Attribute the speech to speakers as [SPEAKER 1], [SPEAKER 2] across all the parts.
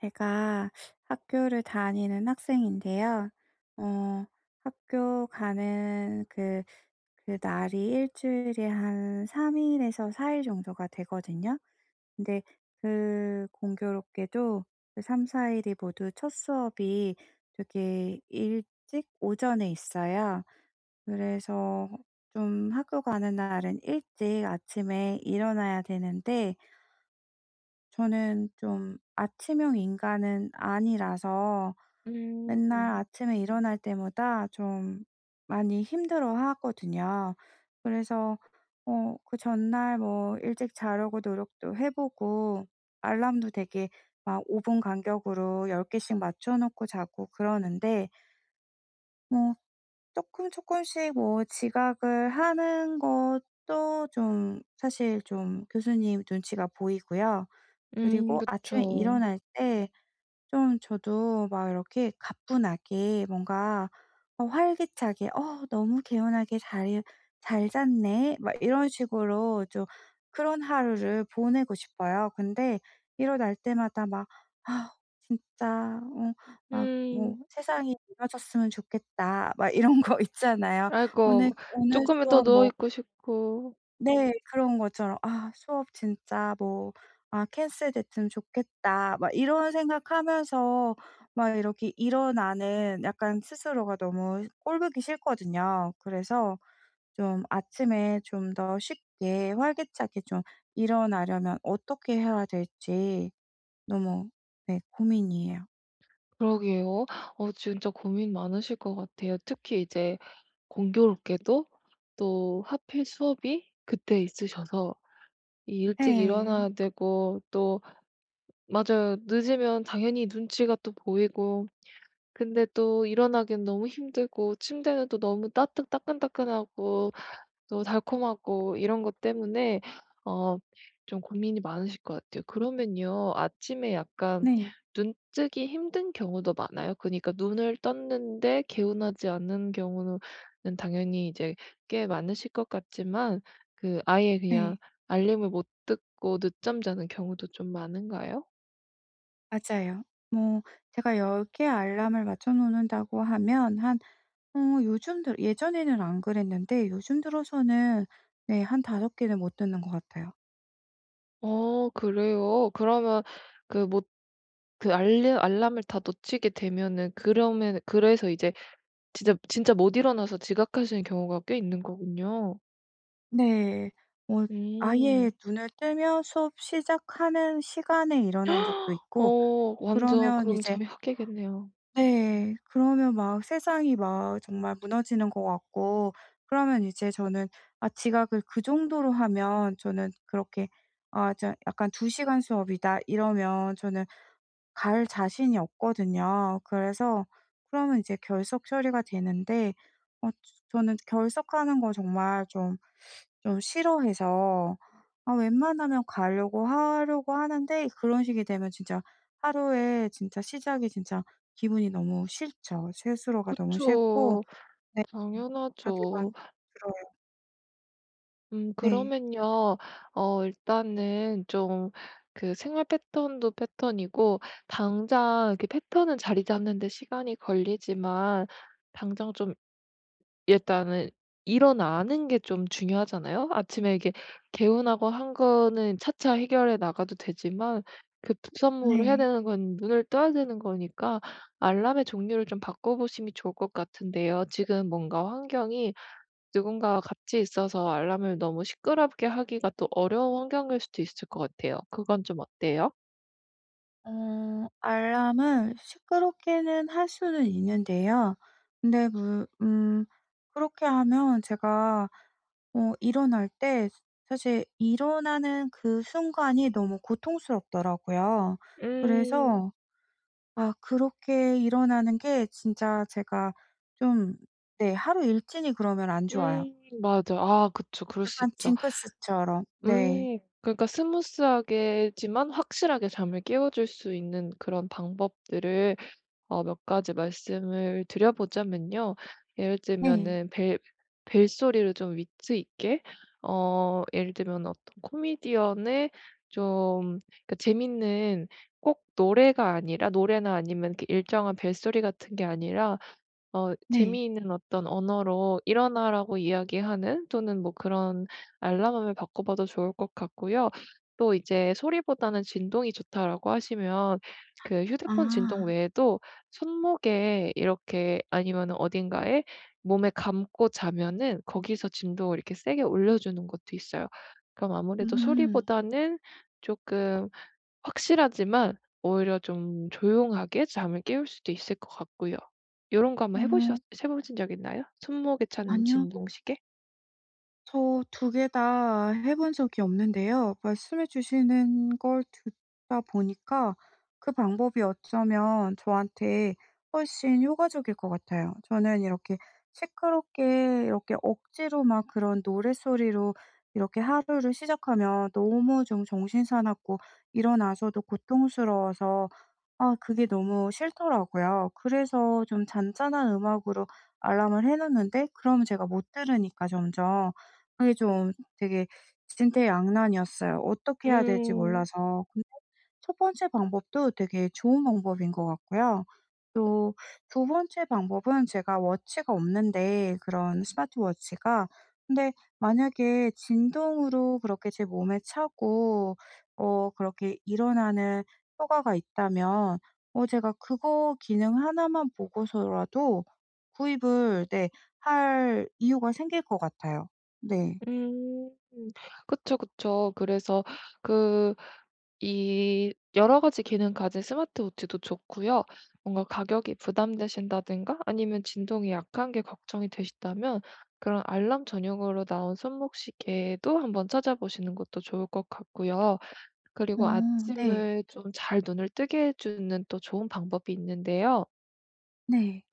[SPEAKER 1] 제가 학교를 다니는 학생인데요. 어 학교 가는 그 날이 일주일에 한 3 일에서 4일 정도가 되거든요. 근데 그 공교롭게도 그 3-4 일이 모두 첫 수업이 되게 일찍 오전에 있어요. 그래서 좀 학교 가는 날은 일찍 아침에 일어나야 되는데 저는 좀 아침형 인간은 아니라서 맨날
[SPEAKER 2] 음.
[SPEAKER 1] 아침에 일어날 때마다 좀 많이 힘들어하거든요. 그래서 그 전날 뭐 일찍 자려고 노력도 해 보고 알람도 되게 막 5분 간격으로 10 개씩 맞춰 놓고 자고 그러는데 뭐 조금씩 뭐 지각을 하는 것도 좀 사실 좀 교수님 눈치가 보이고요. 그리고 아침에
[SPEAKER 2] 그쵸.
[SPEAKER 1] 일어날 때 좀 저도 막 이렇게 가뿐하게 뭔가 활기차게 '어 너무 개운하게 잘 잤네.' 막 이런 식으로 좀 그런 하루를 보내고 싶어요. 근데 일어날 때마다 막 '아 진짜 막뭐
[SPEAKER 2] 음.
[SPEAKER 1] 세상이 이어졌으면 좋겠다.' 막 이런 거 있잖아요. 오늘
[SPEAKER 2] 아이고,
[SPEAKER 1] 오늘
[SPEAKER 2] 조금 은 더
[SPEAKER 1] 수업
[SPEAKER 2] 누워
[SPEAKER 1] 뭐
[SPEAKER 2] 있고 싶고.
[SPEAKER 1] 네, 그런 것처럼 '아 수업 진짜 뭐 아 캔슬됐으면 좋겠다.' 막 이런 생각하면서 막 이렇게 일어나는 약간 스스로가 너무 꼴 보기 싫거든요. 그래서 좀 아침에 좀 더 쉽게 활기차게 좀 일어나려면 어떻게 해야 될지 너무, 네, 고민이에요.
[SPEAKER 2] 그러게요. 진짜 고민 많으실 것 같아요. 특히 이제 공교롭게도 또 하필 수업이 그때 있으셔서 이 일찍
[SPEAKER 1] 네.
[SPEAKER 2] 일어나야 되고 또. 맞아요. 늦으면 당연히 눈치가 또 보이고, 근데 또 일어나기 너무 힘들고 침대는 또 너무 따뜻 따끈따끈하고 너무 달콤하고 이런 것 때문에, 어 좀 고민이 많으실 것 같아요. 그러면요. 아침에 약간
[SPEAKER 1] 네.
[SPEAKER 2] 눈뜨기 힘든 경우도 많아요? 그니까 러 눈을 떴는데 개운하지 않는 경우는 당연히 이제 꽤 많으실 것 같지만, 그 아예
[SPEAKER 1] 네.
[SPEAKER 2] 그냥 알림을 못 듣고 늦잠 자는 경우도 좀 많은가요?
[SPEAKER 1] 맞아요. 뭐 제가 열 개 알람을 맞춰 놓는다고 하면 한 요즘 들 예전에는 안 그랬는데 요즘 들어서는, 네, 한 5 개는 못 듣는 것 같아요.
[SPEAKER 2] 어 그래요? 그러면 그 못 그 알림 알람을 다 놓치게 되면은 그러면 그래서 이제 진짜 진짜 못 일어나서 지각하시는 경우가 꽤 있는 거군요.
[SPEAKER 1] 네. 뭐 아예
[SPEAKER 2] 음.
[SPEAKER 1] 눈을 뜨면 수업 시작하는 시간에 일어난 적도 있고
[SPEAKER 2] 어 완전
[SPEAKER 1] 그러면
[SPEAKER 2] 그럼
[SPEAKER 1] 이제,
[SPEAKER 2] 잠이 확 깨겠네요.
[SPEAKER 1] 네, 그러면 막 세상이 막 정말 무너지는 것 같고 그러면 이제 저는 아 지각을 그 정도로 하면 저는 그렇게 '아 저 약간 2 시간 수업이다.' 이러면 저는 갈 자신이 없거든요. 그래서 그러면 이제 결석 처리가 되는데 어 저는 결석하는 거 정말 좀, 좀 싫어해서 아 웬만하면 가려고 하려고 하는데 그런 식이 되면 진짜 하루에 진짜 시작이 진짜 기분이 너무 싫죠. 스스로가 너무 싫고.
[SPEAKER 2] 그쵸.
[SPEAKER 1] 네.
[SPEAKER 2] 당연하죠.
[SPEAKER 1] 자괴감 들어요. 네.
[SPEAKER 2] 그러면요. 일단은 좀 그 생활 패턴도 패턴이고, 당장 이렇게 패턴은 자리 잡는 데 시간이 걸리지만 당장 좀 일단은 일어나는 게 좀 중요하잖아요. 아침에 이게 개운하고 한 거는 차차 해결해 나가도 되지만, 그 급선무를 해야
[SPEAKER 1] 네.
[SPEAKER 2] 되는 건 눈을 떠야 되는 거니까 알람의 종류를 좀 바꿔보심이 좋을 것 같은데요. 지금 뭔가 환경이 누군가와 같이 있어서 알람을 너무 시끄럽게 하기가 또 어려운 환경일 수도 있을 것 같아요. 그건 좀 어때요?
[SPEAKER 1] 알람을 시끄럽게는 할 수는 있는데요. 근데 물 그렇게 하면 제가 일어날 때 사실 일어나는 그 순간이 너무 고통스럽더라고요.
[SPEAKER 2] 음.
[SPEAKER 1] 그래서 아 그렇게 일어나는 게 진짜 제가 좀, 네, 하루 일진이 그러면 안 좋아요.
[SPEAKER 2] 음 맞아. 아 그쵸. 그럴 수
[SPEAKER 1] 약간
[SPEAKER 2] 있죠.
[SPEAKER 1] 징크스처럼. 네.
[SPEAKER 2] 음. 그러니까 스무스하게지만 확실하게 잠을 깨워줄 수 있는 그런 방법들을 몇 가지 말씀을 드려보자면요. 예를
[SPEAKER 1] 네.
[SPEAKER 2] 들면은 벨 벨소리를 좀 위트 있게, 예를 들면 어떤 코미디언의 좀, 그러니까 재밌는, 꼭 노래가 아니라 노래나 아니면 이렇게 일정한 벨소리 같은 게 아니라
[SPEAKER 1] 네.
[SPEAKER 2] 재미있는 어떤 언어로 "일어나."라고 이야기하는, 또는 뭐 그런 알람음을 바꿔 봐도 좋을 것 같고요. 또 이제 "소리보다는 진동이 좋다."라고 하시면 그 휴대폰 진동
[SPEAKER 1] 아.
[SPEAKER 2] 외에도 손목에 이렇게, 아니면은 어딘가에 몸에 감고 자면은 거기서 진동을 이렇게 세게 올려 주는 것도 있어요. 그럼 아무래도
[SPEAKER 1] 음.
[SPEAKER 2] 소리보다는 조금 확실하지만 오히려 좀 조용하게 잠을 깨울 수도 있을 것 같고요. 요런 거 한번
[SPEAKER 1] 어.
[SPEAKER 2] 해 보신 적 있나요? 손목에 차는
[SPEAKER 1] 아니요.
[SPEAKER 2] 진동시계?
[SPEAKER 1] 저 두 개 다 해본 적이 없는데요. 말씀해 주시는 걸 듣다 보니까 그 방법이 어쩌면 저한테 훨씬 효과적일 것 같아요. 저는 이렇게 시끄럽게 이렇게 억지로 막 그런 노랫소리로 이렇게 하루를 시작하면 너무 좀 정신 사납고 일어나서도 고통스러워서 아 그게 너무 싫더라고요. 그래서 좀 잔잔한 음악으로 알람을 해 놓는데 그러면 제가 못 들으니까 점점 그게 좀 되게 진퇴양난이었어요. 어떻게 해야 될지
[SPEAKER 2] 음.
[SPEAKER 1] 몰라서. 근데 첫 번째 방법도 되게 좋은 방법인 것 같고요. 또 두 번째 방법은 제가 워치가 없는데 그런 스마트워치가. 근데 만약에 진동으로 그렇게 제 몸에 차고 그렇게 일어나는 효과가 있다면 제가 그거 기능 하나만 보고서라도 구입을, 네, 할 이유가 생길 것 같아요. 네.
[SPEAKER 2] 음. 그쵸, 그쵸. 그래서 그 이 여러 가지 기능 가진 스마트 워치도 좋고요. 뭔가 가격이 부담되신다든가 아니면 진동이 약한 게 걱정이 되시다면 그런 알람 전용으로 나온 손목 시계도 한번 찾아보시는 것도 좋을 것 같고요.
[SPEAKER 1] 어.
[SPEAKER 2] 그리고
[SPEAKER 1] 네.
[SPEAKER 2] 아침을 좀 잘 눈을 뜨게 해주는 또 좋은 방법이 있는데요.
[SPEAKER 1] 네.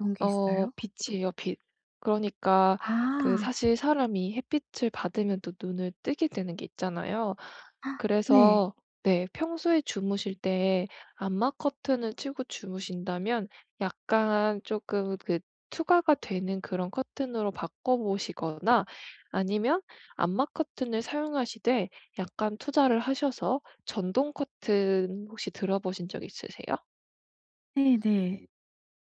[SPEAKER 1] 어떤 게 있어요?
[SPEAKER 2] 빛이에요, 빛. 그러니까 그
[SPEAKER 1] 아.
[SPEAKER 2] 사실 사람이 햇빛을 받으면 또 눈을 뜨게 되는 게 있잖아요.
[SPEAKER 1] 네.
[SPEAKER 2] 그래서 네, 평소에 주무실 때 암막 커튼을 치고 주무신다면 약간 조금 그 투과가 되는 그런 커튼으로 바꿔 보시거나, 아니면 암막 커튼을 사용하시되 약간 투자를 하셔서, 전동 커튼 혹시 들어 보신 적 있으세요?
[SPEAKER 1] 네네.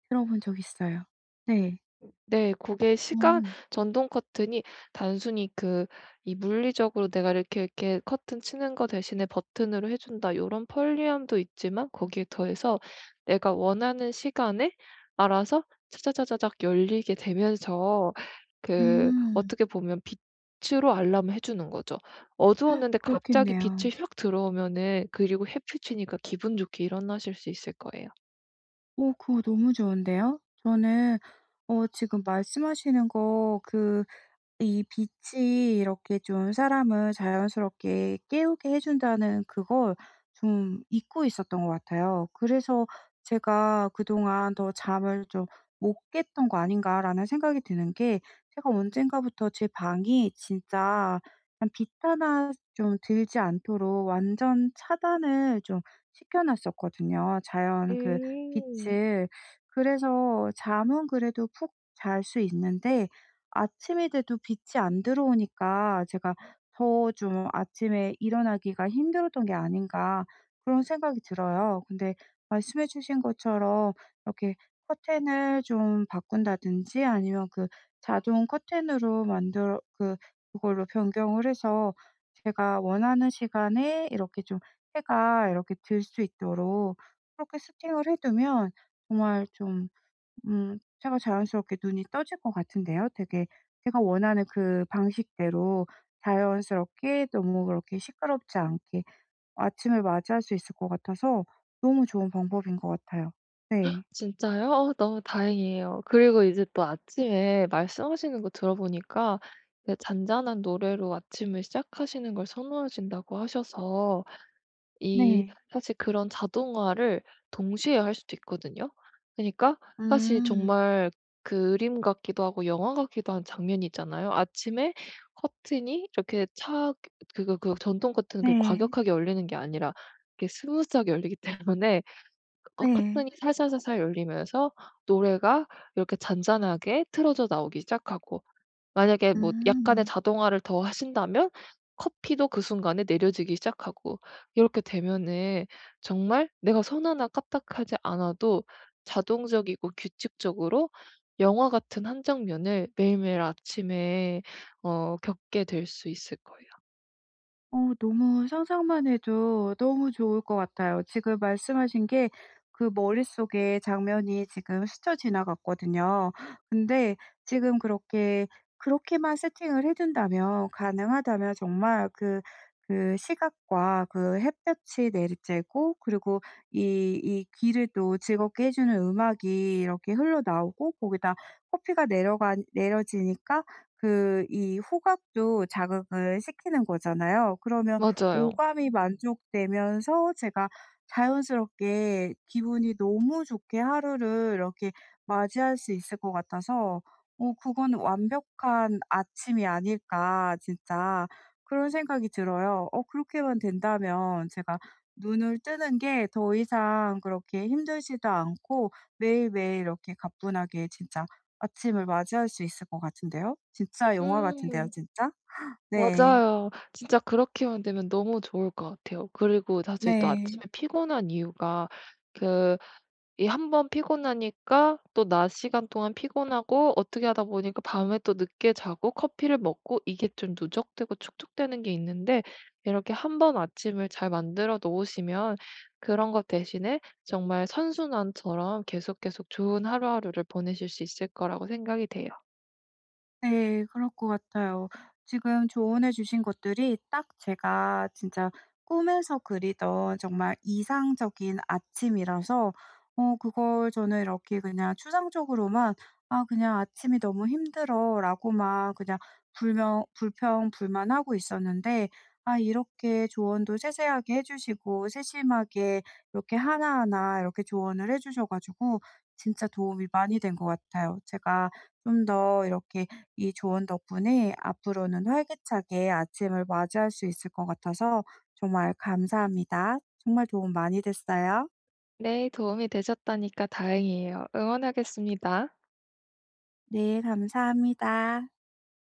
[SPEAKER 1] 들어본 적 있어요. 네.
[SPEAKER 2] 네. 그게 시간,
[SPEAKER 1] 음.
[SPEAKER 2] 전동 커튼이 단순히 그 이 물리적으로 내가 이렇게, 이렇게 커튼 치는 거 대신에 버튼으로 해 준다, 요런 편리함도 있지만 거기에 더해서 내가 원하는 시간에 알아서 차차차차작 열리게 되면서 그
[SPEAKER 1] 음.
[SPEAKER 2] 어떻게 보면 빛으로 알람을 해 주는 거죠. 어두웠는데 갑자기
[SPEAKER 1] 그렇겠네요.
[SPEAKER 2] 빛이 확 들어오면은, 그리고 햇빛이니까 기분 좋게 일어나실 수 있을 거예요.
[SPEAKER 1] 그거 너무 좋은데요? 저는 지금 말씀하시는 거그 이 빛이 이렇게 좀 사람을 자연스럽게 깨우게 해 준다는 그걸 좀 잊고 있었던 것 같아요. 그래서 제가 '그동안 더 잠을 좀 못 깼던 거 아닌가.'라는 생각이 드는 게, 제가 언젠가부터 제 방이 진짜 그냥 빛 하나 좀 들지 않도록 완전 차단을 좀 시켜 놨었거든요, 자연 그
[SPEAKER 2] 음.
[SPEAKER 1] 빛을. 그래서 잠은 그래도 푹 잘 수 있는데 아침이 돼도 빛이 안 들어오니까 제가 더 좀 아침에 일어나기가 힘들었던 게 아닌가 그런 생각이 들어요. 근데 말씀해 주신 것처럼 이렇게 커튼을 좀 바꾼다든지 아니면 그 자동 커튼으로 만들어 그걸로 변경을 해서 제가 원하는 시간에 이렇게 좀 해가 이렇게 들 수 있도록 그렇게 세팅을 해 두면 정말 좀 제가 자연스럽게 눈이 떠질 것 같은데요. 되게 제가 원하는 그 방식대로 자연스럽게 너무 그렇게 시끄럽지 않게 아침을 맞이할 수 있을 것 같아서 너무 좋은 방법인 것 같아요. 네.
[SPEAKER 2] 진짜요? 너무 다행이에요. 그리고 이제 또 아침에 말씀하시는 거 들어보니까 이제 잔잔한 노래로 아침을 시작하시는 걸 선호하신다고 하셔서, 이
[SPEAKER 1] 네.
[SPEAKER 2] 사실 그런 자동화를 동시에 할 수도 있거든요. 그니까 러 사실
[SPEAKER 1] 음.
[SPEAKER 2] 정말 그 그림 같기도 하고 영화 같기도 한 장면이 있잖아요. 아침에 커튼이 이렇게 차 그거 그 전동 커튼 그
[SPEAKER 1] 네.
[SPEAKER 2] 과격하게 열리는 게 아니라 이렇게 스무스하게 열리기 때문에
[SPEAKER 1] 네.
[SPEAKER 2] 커튼이 살살살살 열리면서 노래가 이렇게 잔잔하게 틀어져 나오기 시작하고, 만약에 뭐 약간의
[SPEAKER 1] 음.
[SPEAKER 2] 자동화를 더 하신다면 커피도 그 순간에 내려지기 시작하고, 이렇게 되면은 정말 내가 손 하나 까딱하지 않아도 자동적이고 규칙적으로 영화 같은 한 장면을 매일매일 아침에 겪게 될 수 있을 거예요.
[SPEAKER 1] 너무 상상만 해도 너무 좋을 것 같아요. 지금 말씀하신 게 그 머릿속에 장면이 지금 스쳐 지나갔거든요. 근데 지금 그렇게 그렇게만 세팅을 해 둔다면 가능하다면 정말 그 시각과 그 햇볕이 내리쬐고 그리고 이 이 귀를 또 즐겁게 해 주는 음악이 이렇게 흘러나오고 거기다 커피가 내려가 내려지니까 이 후각도 자극을 시키는 거잖아요. 그러면
[SPEAKER 2] 맞아요.
[SPEAKER 1] 오감이 만족되면서 제가 자연스럽게 기분이 너무 좋게 하루를 이렇게 맞이할 수 있을 것 같아서 그건 '완벽한 아침이 아닐까.' 진짜 그런 생각이 들어요. 그렇게만 된다면 제가 눈을 뜨는 게 더 이상 그렇게 힘들지도 않고 매일매일 이렇게 가뿐하게 진짜 아침을 맞이할 수 있을 것 같은데요. 진짜 영화 같은데요,
[SPEAKER 2] 음.
[SPEAKER 1] 진짜. 네.
[SPEAKER 2] 맞아요. 진짜 그렇게만 되면 너무 좋을 것 같아요. 그리고 사실 또
[SPEAKER 1] 네.
[SPEAKER 2] 아침에 피곤한 이유가 그 이 한 번 피곤하니까 또 낮 시간 동안 피곤하고 어떻게 하다 보니까 밤에 또 늦게 자고 커피를 먹고 이게 좀 누적되고 축적되는 게 있는데, 이렇게 한 번 아침을 잘 만들어 놓으시면 그런 것 대신에 정말 선순환처럼 계속 계속 좋은 하루하루를 보내실 수 있을 거라고 생각이 돼요.
[SPEAKER 1] 네. 그럴 것 같아요. 지금 조언해 주신 것들이 딱 제가 진짜 꿈에서 그리던 정말 이상적인 아침이라서 그걸 저는 이렇게 그냥 추상적으로만 '아 그냥 아침이 너무 힘들어.'라고만 그냥 불명 불평 불만하고 있었는데 아 이렇게 조언도 세세하게 해 주시고 세심하게 이렇게 하나하나 이렇게 조언을 해 주셔 가지고 진짜 도움이 많이 된 것 같아요. 제가 좀 더 이렇게 이 조언 덕분에 앞으로는 활기차게 아침을 맞이할 수 있을 것 같아서 정말 감사합니다. 정말 도움 많이 됐어요.
[SPEAKER 2] 네, 도움이 되셨다니까 다행이에요. 응원하겠습니다.
[SPEAKER 1] 네, 감사합니다.